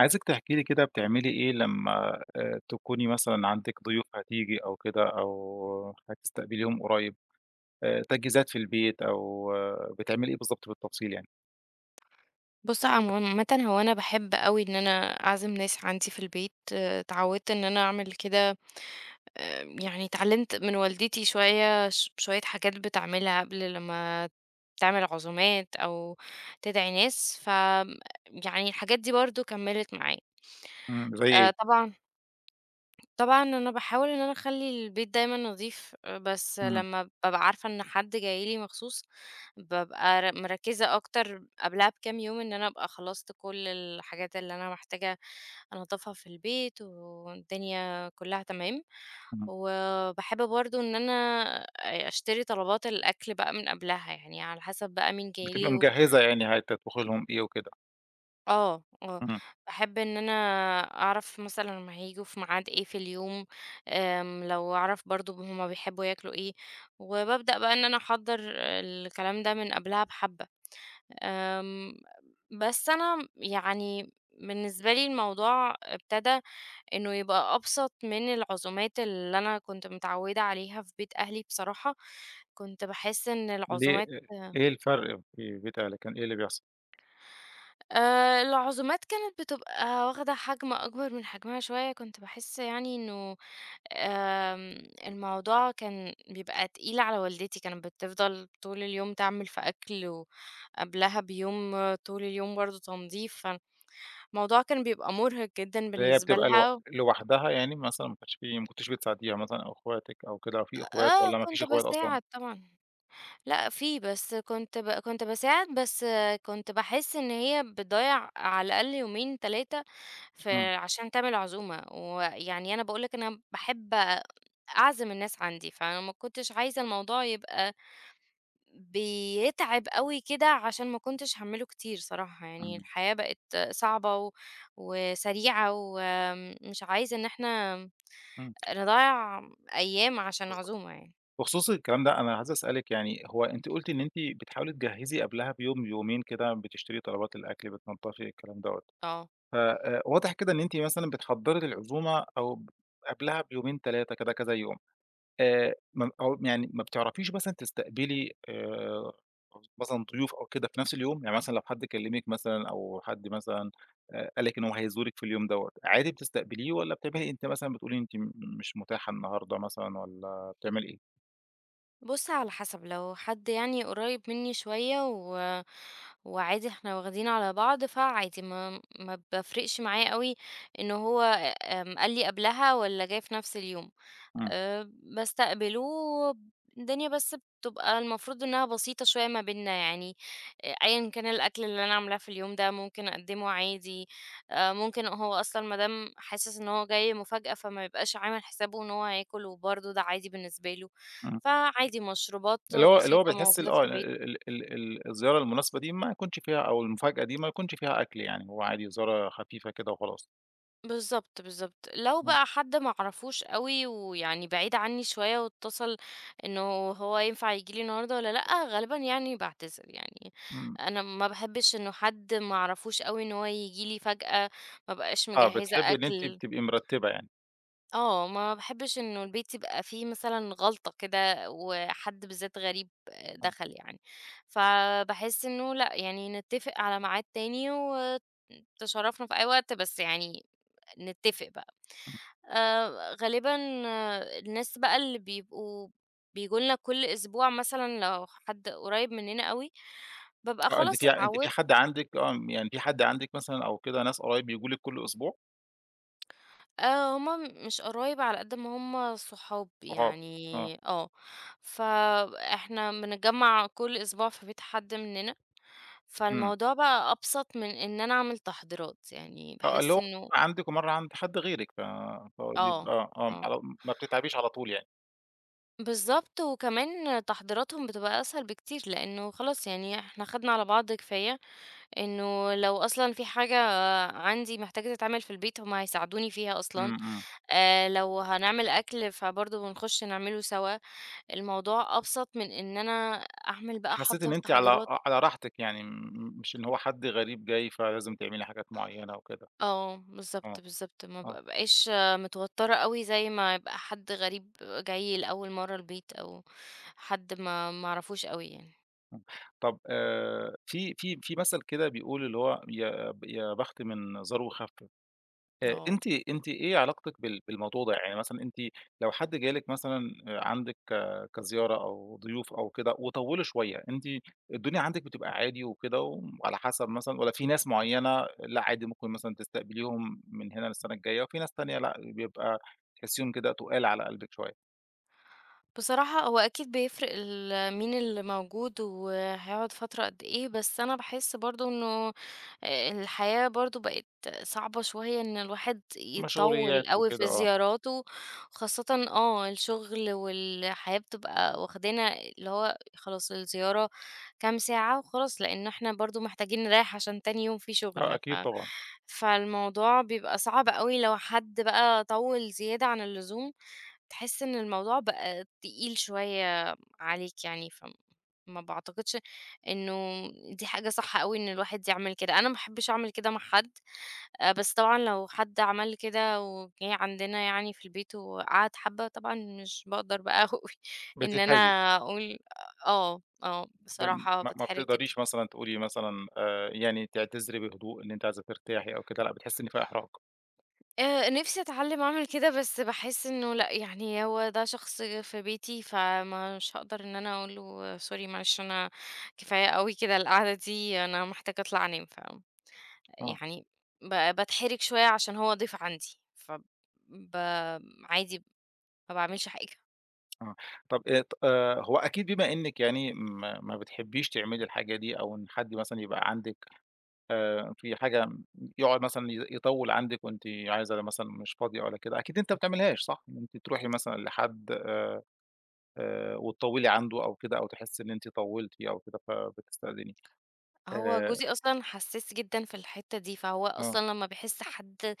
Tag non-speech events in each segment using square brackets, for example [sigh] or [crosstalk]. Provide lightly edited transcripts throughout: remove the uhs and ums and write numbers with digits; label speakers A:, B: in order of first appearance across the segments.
A: عايزِك تحكي لي كده بتعملي إيه لمّا تكوني مثلًا عندِك ضيوف هتيجي أو كده أو هتستقبليهم قريب، تجهيزات في البيت أو بتعملي إيه بالضبط بالتفصيل يعني؟
B: بُص، عمومًا هو أنا باحب أوي إن أنا أعزم ناس عندي في البيت. اتعودت إن أنا أعمل كده. يعني اتعلمت من والدتي شوية شوية حاجات بتعملها قبل لمّا تعمل عزومات أو تدعي ناس، يعني الحاجات دي برضه كمّلت معايا.
A: إمم، زي إيه؟
B: آآ طبعًا طبعًا أنا باحاول إن أنا أخلّي البيت دايمًا نضيف، بس
A: إمم،
B: لمّا بابقى عارفة إن حد جاي لي مخصوص، بابقى مركّزة أكتر قبلها بكام يوم إن أنا أبقى خلصت كل الحاجات اللي أنا محتاجة أنضّفها في البيت والدنيا كلّها تمام.
A: إمم،
B: وباحب برضه إن أنا أشتري طلبات الأكل بقى من قبلها، يعني على حسب بقى مين جاي
A: بتبقي
B: لي و
A: مجهّزة يعني هتطبخي لهم إيه وكده،
B: آه، آه،
A: إمم،
B: باحب إن أنا أعرف مثلًا هُم هييجوا في ميعاد إيه في اليوم. لو أعرف برضه هُم بيحبوا ياكلوا إيه، وبابدأ بقى إن أنا أحضّر الكلام ده من قبلها بحبة. آمم، بس أنا يعني بالنسبة لي الموضوع ابتدى إنه يبقى أبسط من العزومات اللي أنا كنت متعودة عليها في بيت أهلي بصراحة. كنت باحس إن
A: ليه إيه الفرق في بيت أهلِك، كان إيه اللي بيحصل؟
B: العزومات كانت بتبقى واخدة حجم أكبر من حجمها شوية. كنت باحس يعني إنه الموضوع كان بيبقى تقيل على والدتي، كانت بتفضل طول اليوم تعمل في أكل، وقبلها بيوم طول اليوم برضه تنضيف، فالموضوع كان بيبقى مرهق جدًا
A: اللي هي
B: بالنسبة
A: بتبقى لو
B: لها.
A: لوحدها يعني مثلًا ما كانش في ما كنتيش بتساعديها مثلًا أو أخواتِك أو كده، أو في أخوات
B: آه،
A: والّا ما فيش
B: كنت
A: أخوات أصلًا؟
B: باساعد طبعًا. لأ في، بس كنت باساعد، بس كنت باحس إن هي بتضيّع على الأقل يومين، 3
A: إمم،
B: فعشان تعمل عزومة. ويعني أنا باقول لك أنا باحب أعزم الناس عندي، فأنا ما كنتش عايزة الموضوع يبقى بيتعب أوي كده عشان ما كنتش هاعمله كتير صراحة. يعني
A: إمم،
B: الحياة بقت صعبة وسريعة ومش عايزة إن إحنا
A: إمم،
B: نضيّع أيام عشان
A: بالضبط.
B: عزومة يعني.
A: بخصوص الكلام ده أنا عايز أسألِك يعني هو أنتِ قُلتِ إن أنتِ بتحاولي تجهّزي قبلها بيوم، يومين كده بتشتري طلبات الأكل، بتنضّفي الكلام دوّة،
B: آه،
A: ف واضح كده إن أنتِ مثلًا بتحضّري العزومة أو ب قبلها بيومين، 3 كده كذا يوم، ما أو يعني ما بتعرفيش مثلًا تستقبلي مثلًا ضيوف أو كده في نفس اليوم؟ يعني مثلًا لو حد كلّمِك مثلًا أو حد مثلًا قال لِك إن هو هيزورِك في اليوم دوّة، عادي بتستقبليه والّا بتعملي إيه؟ أنتِ مثلًا بتقولي أنتِ مش متاحة النهارده مثلًا والّا بتعملي إيه؟
B: بُص على حسب، لو حد يعني قريب مني شوية وعادي إحنا واخدين على بعض، فعادي ما بافرقش معاه أوي إن هو قال لي قبلها والّا جاي في نفس اليوم.
A: إمم،
B: باستقبله. الدنيا بس بتبقى المفروض إنها بسيطة شوية ما بيننا يعني. أيًا كان الأكل اللي أنا عاملاه في اليوم ده ممكن أقدّمه عادي. ممكن هو أصلًا ما دام حاسس إن هو جاي مفاجأة فما يبقاش عامل حسابه إن هو هياكل وبرضه ده عادي بالنسبة له.
A: إمم.
B: فعادي مشروبات
A: اللي هو
B: بسيطة
A: بيحس ال
B: موجودة
A: آه،
B: في البيت.
A: ال ال ال الزيارة المناسبة دي ما يكونش فيها أو المفاجأة دي ما يكونش فيها أكل يعني، هو عادي زيارة خفيفة كده وخلاص.
B: بالضبط، بالضبط. لو
A: آه،
B: بقى حد ما أعرفوش أوي ويعني بعيد عنّي شوية واتصل إنه هو ينفع ييجي لي النهارده والّا لأ، غالبًا يعني باعتذر. يعني
A: إمم،
B: أنا ما باحبّش إنه حد ما أعرفوش أوي إن هو ييجي لي فجأة، ما أبقاش
A: آه،
B: مجهّزة
A: بتحبي إن أنتِ
B: أكل.
A: بتبقي مرتبة يعني،
B: ما باحبّش إنه البيت يبقى فيه مثلًا غلطة كده وحد بالذات غريب
A: آه،
B: دخل يعني. فباحس إنه لأ، يعني نتّفق على ميعاد تاني وتشرّفنا في أي وقت، بس يعني نتّفق بقى. غالبًا الناس بقى اللي بيبقوا بييجوا لنا كل أسبوع مثلًا لو حد قريب مننا أوي، بابقى
A: آه، أنتِ
B: خلاص
A: في أنتِ في
B: اتعودت.
A: حد عندِك، يعني في حد عندِك مثلًا أو كده ناس قرايب بييجوا لِك كل أسبوع؟
B: آه، هُم مش قرايب على قد ما هُم صحاب
A: صحاب، آه،
B: يعني. فإحنا بنتجمّع كل أسبوع في بيت حد مننا.
A: إمم،
B: فالموضوع بقى أبسط من إن أنا أعمل تحضيرات، يعني
A: آه، اللي
B: باحس
A: هو
B: إنه...
A: مرة عندِك ومرة عند حد غيرِك، فبيبقى
B: آه، آه.
A: على ما بتتعبيش على طول يعني،
B: بالضبط، وكمان تحضيراتهم بتبقى أسهل بكتير، لإنه خلاص يعني إحنا خدنا على بعض كفاية. إنه لو أصلًا في حاجة عندي محتاجة تتعمل في البيت هم هيساعدوني فيها
A: إمم،
B: أصلًا.
A: إمم،
B: لو هنعمل أكل فبرضه بنخش نعمله سوا. الموضوع أبسط من إن أنا أعمل بقى
A: حسيتِ إن
B: أحضّر
A: أنتِ على
B: تحضيرات.
A: راحتِك يعني، مش إن هو حد غريب جاي فلازم تعملي حاجات معينة وكده.
B: آه،
A: آه،
B: بالضبط، بالضبط. ما
A: آه،
B: بابقاش متوترة أوي زي ما يبقى حد غريب جاي لأول مرّة البيت أو حد ما أعرفوش أوي يعني.
A: آه. طب في مثل كده بيقول اللي هو يا بخت من زار وخَفّف،
B: آه.
A: أنتِ إيه علاقتِك بالموضوع ده؟ يعني مثلًا أنتِ لو حد جه لِك مثلًا آه، عندِك كزيارة أو ضيوف أو كده وطوّلوا شوية، أنتِ الدنيا عندِك بتبقى عادي وكده وعلى حسب مثلًا والّا في ناس معيّنة لأ عادي ممكن مثلًا تستقبليهم من هنا للسنة الجاية وفي ناس تانية لأ، بيبقى تحسّيهم كده تُقال على قلبِك شوية،
B: بصراحة هو أكيد بيفرق مين اللي موجود وهيقعد فترة قد إيه. بس أنا بحس برضو إنه الحياة برضو بقت صعبة شوية إن الواحد يطول
A: مشغوليات
B: قوي
A: وكده
B: في
A: آه،
B: زياراته. خاصة الشغل والحياة بتبقى واخدانا اللي هو خلاص الزيارة كام ساعة وخلاص لأن احنا برضو محتاجين نريح عشان تاني يوم في
A: آه
B: شغل
A: أكيد طبعًا،
B: فالموضوع بيبقى صعب قوي لو حد بقى طول زيادة عن اللزوم تحس إن الموضوع بقى تقيل شوية عليك يعني. فما باعتقدش إنه دي حاجة صح أوي إن الواحد يعمل كده. أنا ما باحبش أعمل كده مع حد. بس طبعًا لو حد عمل كده وجِه عندنا يعني في البيت وقعد حبة، طبعًا مش باقدر بقى [laughs] أوي إن أنا
A: بتتحرجي.
B: أقول... آه، آه،
A: م
B: بصراحة
A: ما ما
B: باتحرج جدًا.
A: بتقدريش مثلًا تقولي مثلًا يعني تعتذري بهدوء إن أنتِ عايزة ترتاحي أو كده، لأ بتحسي إن في إحراج.
B: نِفْسي أتعلّم أعمل كده. بس باحس إنه لأ، يعني هو ده شخص في بيتي، فمش هاقدر إن أنا أقول له sorry معلش أنا كفاية أوي كده القعدة دي، أنا محتاجة أطلع أنام. ف
A: آه،
B: يعني باتحرج شوية عشان هو ضيف عندي، ف ب عادي ما باعملش حاجة.
A: آه. طب ط هو أكيد بما إنِّك يعني ما بتحبيش تعملي الحاجة دي أو إن حد مثلًا يبقى عندِك في حاجة يقعد مثلًا يطوّل عندِك وأنتِ عايزة مثلًا مش فاضية ولا كده، أكيد أنتِ ما بتعمليهاش صح؟ إن أنتِ تروحي مثلًا لحد وتطوّلي عنده أو كده أو تحسي إن أنتِ طوّلتِ أو كده فبتستأذنيه.
B: هو
A: آآ،
B: جوزي أصلًا حسّاس جدًا في الحتّة دي. فهو
A: آه،
B: أصلًا لمّا بيحس حد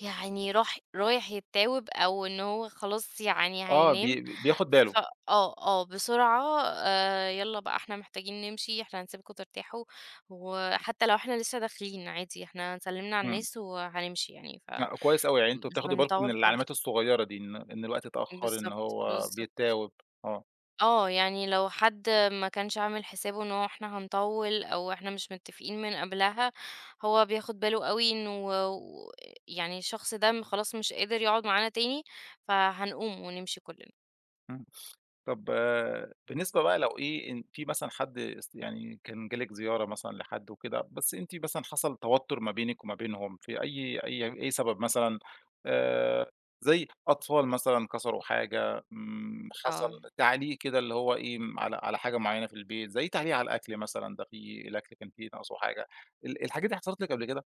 B: يعني رايح يتّاوب أو إن هو خلاص يعني
A: آه،
B: هينام.
A: بياخد باله.
B: ف آه، آه، بسرعة يالّا بقى إحنا محتاجين نمشي، إحنا هنسيبكم ترتاحوا. وحتّى لو إحنا لسه داخلين عادي، إحنا سلِّمنا على
A: إمم.
B: الناس وهنمشي يعني. ف
A: لأ، كويس أوي، يعني أنتم
B: مش
A: بتاخدوا بالكم من
B: بنطوّل خالص.
A: العلامات الصغيرة دي، إن الوقت اتأخر، إن
B: بالضبط،
A: هو
B: بالضبط.
A: بيتاوب، آه،
B: آه، يعني لو حد ما كانش عامل حسابه إنه إحنا هنطوّل أو إحنا مش متّفقين من قبلها، هو بياخد باله أوي إنه و يعني الشخص ده خلاص مش قادر يقعد معانا تاني. فهنقوم ونمشي كُلّنا.
A: إمم، طب بالنسبة بقى لو إيه، إن في مثلًا حد است يعني كان جه لِك زيارة مثلًا لحد وكده، بس أنتِ مثلًا حصل توتر ما بينِك وما بينهم في أي سبب مثلًا، آآ، زي أطفال مثلًا كسروا حاجة، إمم،
B: آه.
A: حصل تعليق كده اللي هو إيه، م على على حاجة معينة في البيت، زي تعليق على الأكل مثلًا، ده في الأكل كان فيه ناقصه حاجة، الحاجات دي حصلت لِك قبل كده؟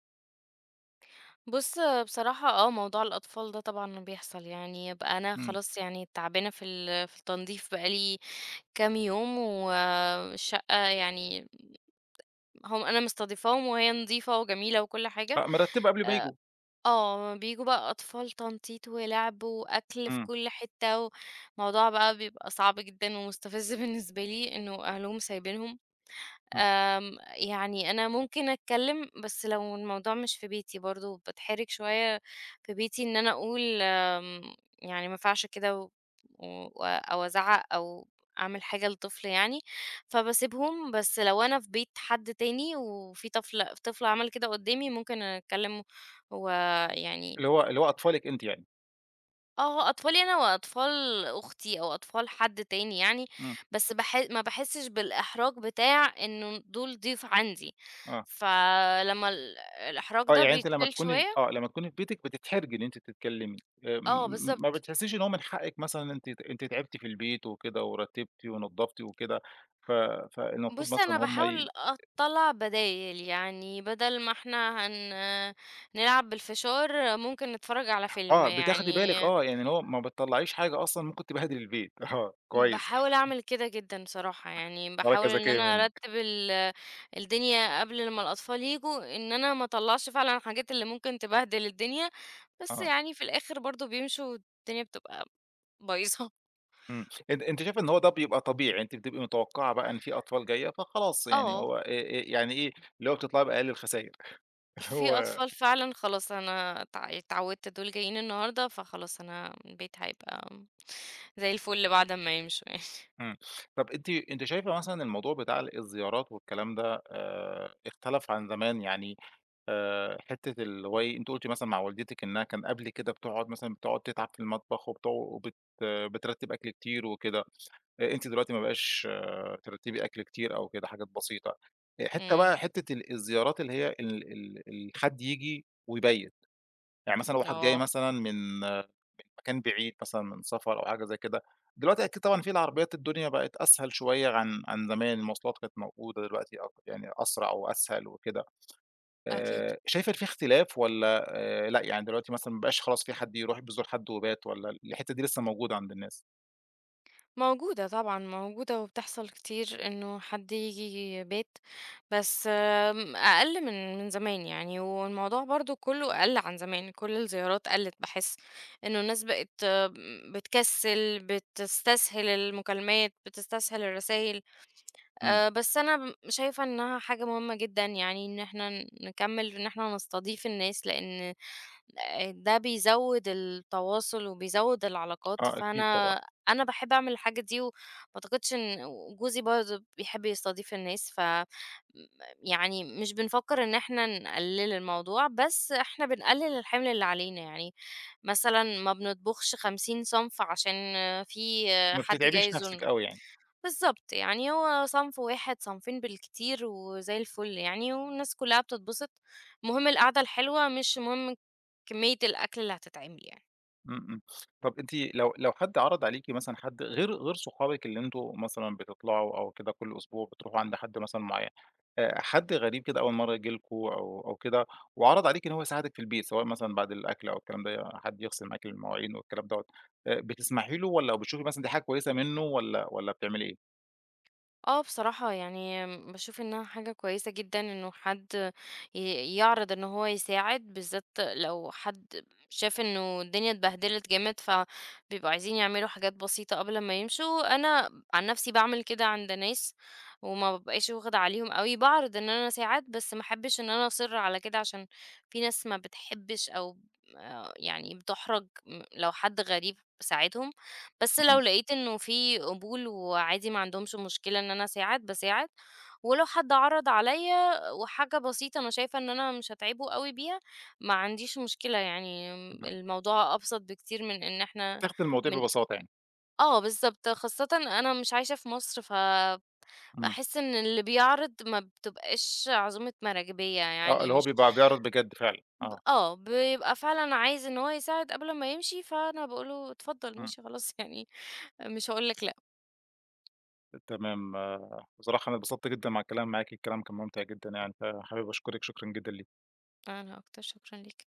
B: بُص بصراحة. موضوع الأطفال ده طبعًا بيحصل، يعني بقى أنا
A: إمم.
B: خلاص يعني تعبانة في التنضيف بقى لي كام يوم والشقة يعني هم أنا مستضيفاهم وهي نضيفة وجميلة وكل حاجة.
A: لأ، مرتّبة قبل ما
B: آه،
A: ييجوا.
B: آه، بييجوا بقى أطفال تنطيط ولعب وأكل في
A: إمم،
B: كل حتة. وموضوع بقى بيبقى صعب جدًا ومستفز [laughs] بالنسبة لي إنه أهلهم سايبينهم.
A: إمم.
B: يعني أنا ممكن أتكلّم، بس لو الموضوع مش في بيتي برضه باتحرج شوية. في بيتي إن أنا أقول يعني ما ينفعش كده و أو أزعّق أو أعمل حاجة لطفل يعني. فباسيبهم. بس لو أنا في بيت حد تاني وفي طفل عمل كده قدّامي ممكن أتكلّم
A: اللي
B: ويعني.
A: هو اللي هو أطفالِك أنتِ يعني.
B: آه، أطفالي أنا وأطفال أختي أو أطفال حد تاني يعني.
A: إمم،
B: بس ما باحسّش بالإحراج بتاع إنه دول ضيوف عندي،
A: آه،
B: فلمّا الإحراج
A: آه،
B: ده
A: يعني أنتِ لمّا
B: بيتشال
A: تكوني
B: شوية.
A: آه، لمّا تكوني في بيتِك بتتحرجي إن أنتِ تتكلمي، م
B: آه،
A: م ما
B: بالضبط.
A: بتحسّيش إن هو من حقِك مثلًا أنتِ تعبتِ في البيت وكده ورتّبتِ ونضّفتِ وكده، ف فالمفروض
B: بُص،
A: مثلًا
B: أنا
A: هُم ي
B: باحاول أطلّع بدايل، يعني بدل ما إحنا نلعب بالفشار ممكن نتفرّج على فيلم،
A: آه، بتاخدي
B: يعني
A: بالِك يعني اللي هو ما بتطلّعيش حاجة أصلًا ممكن تبهدل البيت. [laughs] آه، كويس،
B: باحاول أعمل كده جدًا صراحة. يعني
A: حركة
B: باحاول إن
A: ذكية
B: أنا
A: منِّك.
B: أرتّب الدنيا قبل ما الأطفال ييجوا، إن أنا ما اطلّعش فعلًا الحاجات اللي ممكن تبهدل الدنيا. بس
A: آه،
B: يعني في الآخر برضه بيمشوا والدنيا بتبقى بايظة.
A: إمم، أنتِ شايفة إن هو ده بيبقى طبيعي، يعني أنتِ بتبقي متوقّعة بقى إن في أطفال جاية، فخلاص يعني
B: آه،
A: هو يعني إيه، اللي هو بتطلعي بأقل الخسائر.
B: في
A: هو
B: أطفال فعلًا خلاص أنا اتعوّدت دول جايين النهارده، فخلاص أنا البيت هيبقى زي الفل بعد أمّا يمشوا يعني. [laughs]
A: إمم. طَب أنتِ شايفة مثلًا الموضوع بتاع الزيارات والكلام ده اختلف عن زمان؟ يعني حتّة اللي هو إيه، أنتِ قُلتِ مثلًا مع والدتِك إنّها كان قبل كده بتقعد مثلًا بتقعد تتعب في المطبخ وبت وبت بترتّب أكل كتير وكده، أنتِ دلوقتي ما بقاش ترتّبي أكل كتير أو كده حاجات بسيطة. حتّة
B: إمم،
A: بقى حتّة ال الزيارات اللي هي ال ال ال حد ييجي ويبيّت، يعني مثلًا واحد جاي
B: آه،
A: مثلًا من مكان بعيد مثلًا من سفر أو حاجة زي كده، دلوقتي أكيد طبعًا في العربيات الدنيا بقت أسهل شوية عن زمان، المواصلات كانت موجودة دلوقتي يعني أسرع وأسهل وكده،
B: أكيد.
A: شايفة إن في اختلاف والّا لأ يعني دلوقتي مثلًا ما بقاش خلاص في حد يروح بيزور حد وبات والّا الحتة دي لسه موجودة عند الناس؟
B: موجودة طبعًا، موجودة وبتحصل كتير إنه حد ييجي يبات. بس أقل من زمان يعني. والموضوع برضه كلّه قَل عن زمان، كل الزيارات قَلِّت باحس. إنه الناس بقت بتكسّل، بتستسهل المكالمات، بتستسهل الرسايل.
A: إمم،
B: بس أنا شايفة إنها حاجة مهمة جدًا يعني إن إحنا نكمّل إن إحنا نستضيف الناس، لإن ده بيزوّد التواصل وبيزوّد العلاقات.
A: آه أكيد طبعًا،
B: فأنا باحب أعمل الحاجة دي، وما أعتقدش إن وجوزي برضه بيحب يستضيف الناس. ف م يعني مش بنفكّر إن إحنا نقلّل الموضوع، بس إحنا بنقلّل الحِمل اللي علينا، يعني مثلًا ما بنطبخش 50 صنف عشان في
A: ما
B: حد جاي
A: بتتعبيش نفسِك
B: يزورنا.
A: أوي يعني.
B: بالضبط، يعني هو صنف واحد، صنفين بالكتير وزي الفل يعني، والناس كلّها بتتبسط. المهم القعدة الحلوة مش مهم كمية الأكل اللي هتتعمل يعني.
A: إمم، إمم. طب أنتِ لو حد عرض عليكِ مثلًا حد غير صحابِك اللي أنتم مثلًا بتطلعوا أو كده كل أسبوع بتروحوا عند حد مثلًا معيّن، حد غريب كده أول مرّة ييجي لكم أو كده وعرض عليكِ إن هو يساعدك في البيت، سواء مثلًا بعد الأكل أو الكلام ده، حد يغسل معاكِ المواعين والكلام دوّة، بتسمحي له والّا بتشوفي مثلًا دي حاجة كويسة منه والّا بتعملي إيه؟
B: اه، بصراحة يعني بشوف انها حاجة كويسة جدا انه حد يعرض ان هو يساعد. بالذات لو حد شاف انه الدنيا اتبهدلت جامد فبيبقوا عايزين يعملوا حاجات بسيطة قبل ما يمشوا. انا عن نفسي بعمل كده عند ناس وما ببقاش واخدة عليهم قوي، بعرض ان انا اساعد. بس ما احبش ان انا اصر على كده عشان في ناس ما بتحبش او يعني بتحرج لو حد غريب ساعدهم. بس
A: إمم،
B: لو لقيت إنه في قبول وعادي ما عندهمش مشكلة إن أنا أساعد، باساعد. ولو حد عرض عليّا وحاجة بسيطة أنا شايفة إن أنا مش هاتعبه أوي بيها، ما عنديش مشكلة يعني.
A: إمم.
B: الموضوع أبسط بكتير من إن إحنا
A: بتاخدي الموضوع
B: من
A: ببساطة يعني.
B: آه، بالضبط. خاصةً أنا مش عايشة في مصر، فباحس
A: إمم.
B: إن اللي بيعرض ما بتبقاش عزومة مراكبية
A: آه،
B: يعني.
A: اللي هو
B: مش
A: بيبقى بيعرض بجد فعلًا.
B: ب
A: آه.
B: آه، بيبقى فعلًا عايز إن هو يساعد قبل ما يمشي، فأنا باقول له اتفضل
A: إمم.
B: ماشي خلاص [laughs] يعني مش هاقول لك لأ.
A: تمام. بصراحة أنا اتبسطت جدًا مع الكلام معاكِ، الكلام كان ممتع جدًا يعني، فحابب أشكرِك شكرًا جدًا ليكِ.
B: أنا أكتر، شكرًا ليك.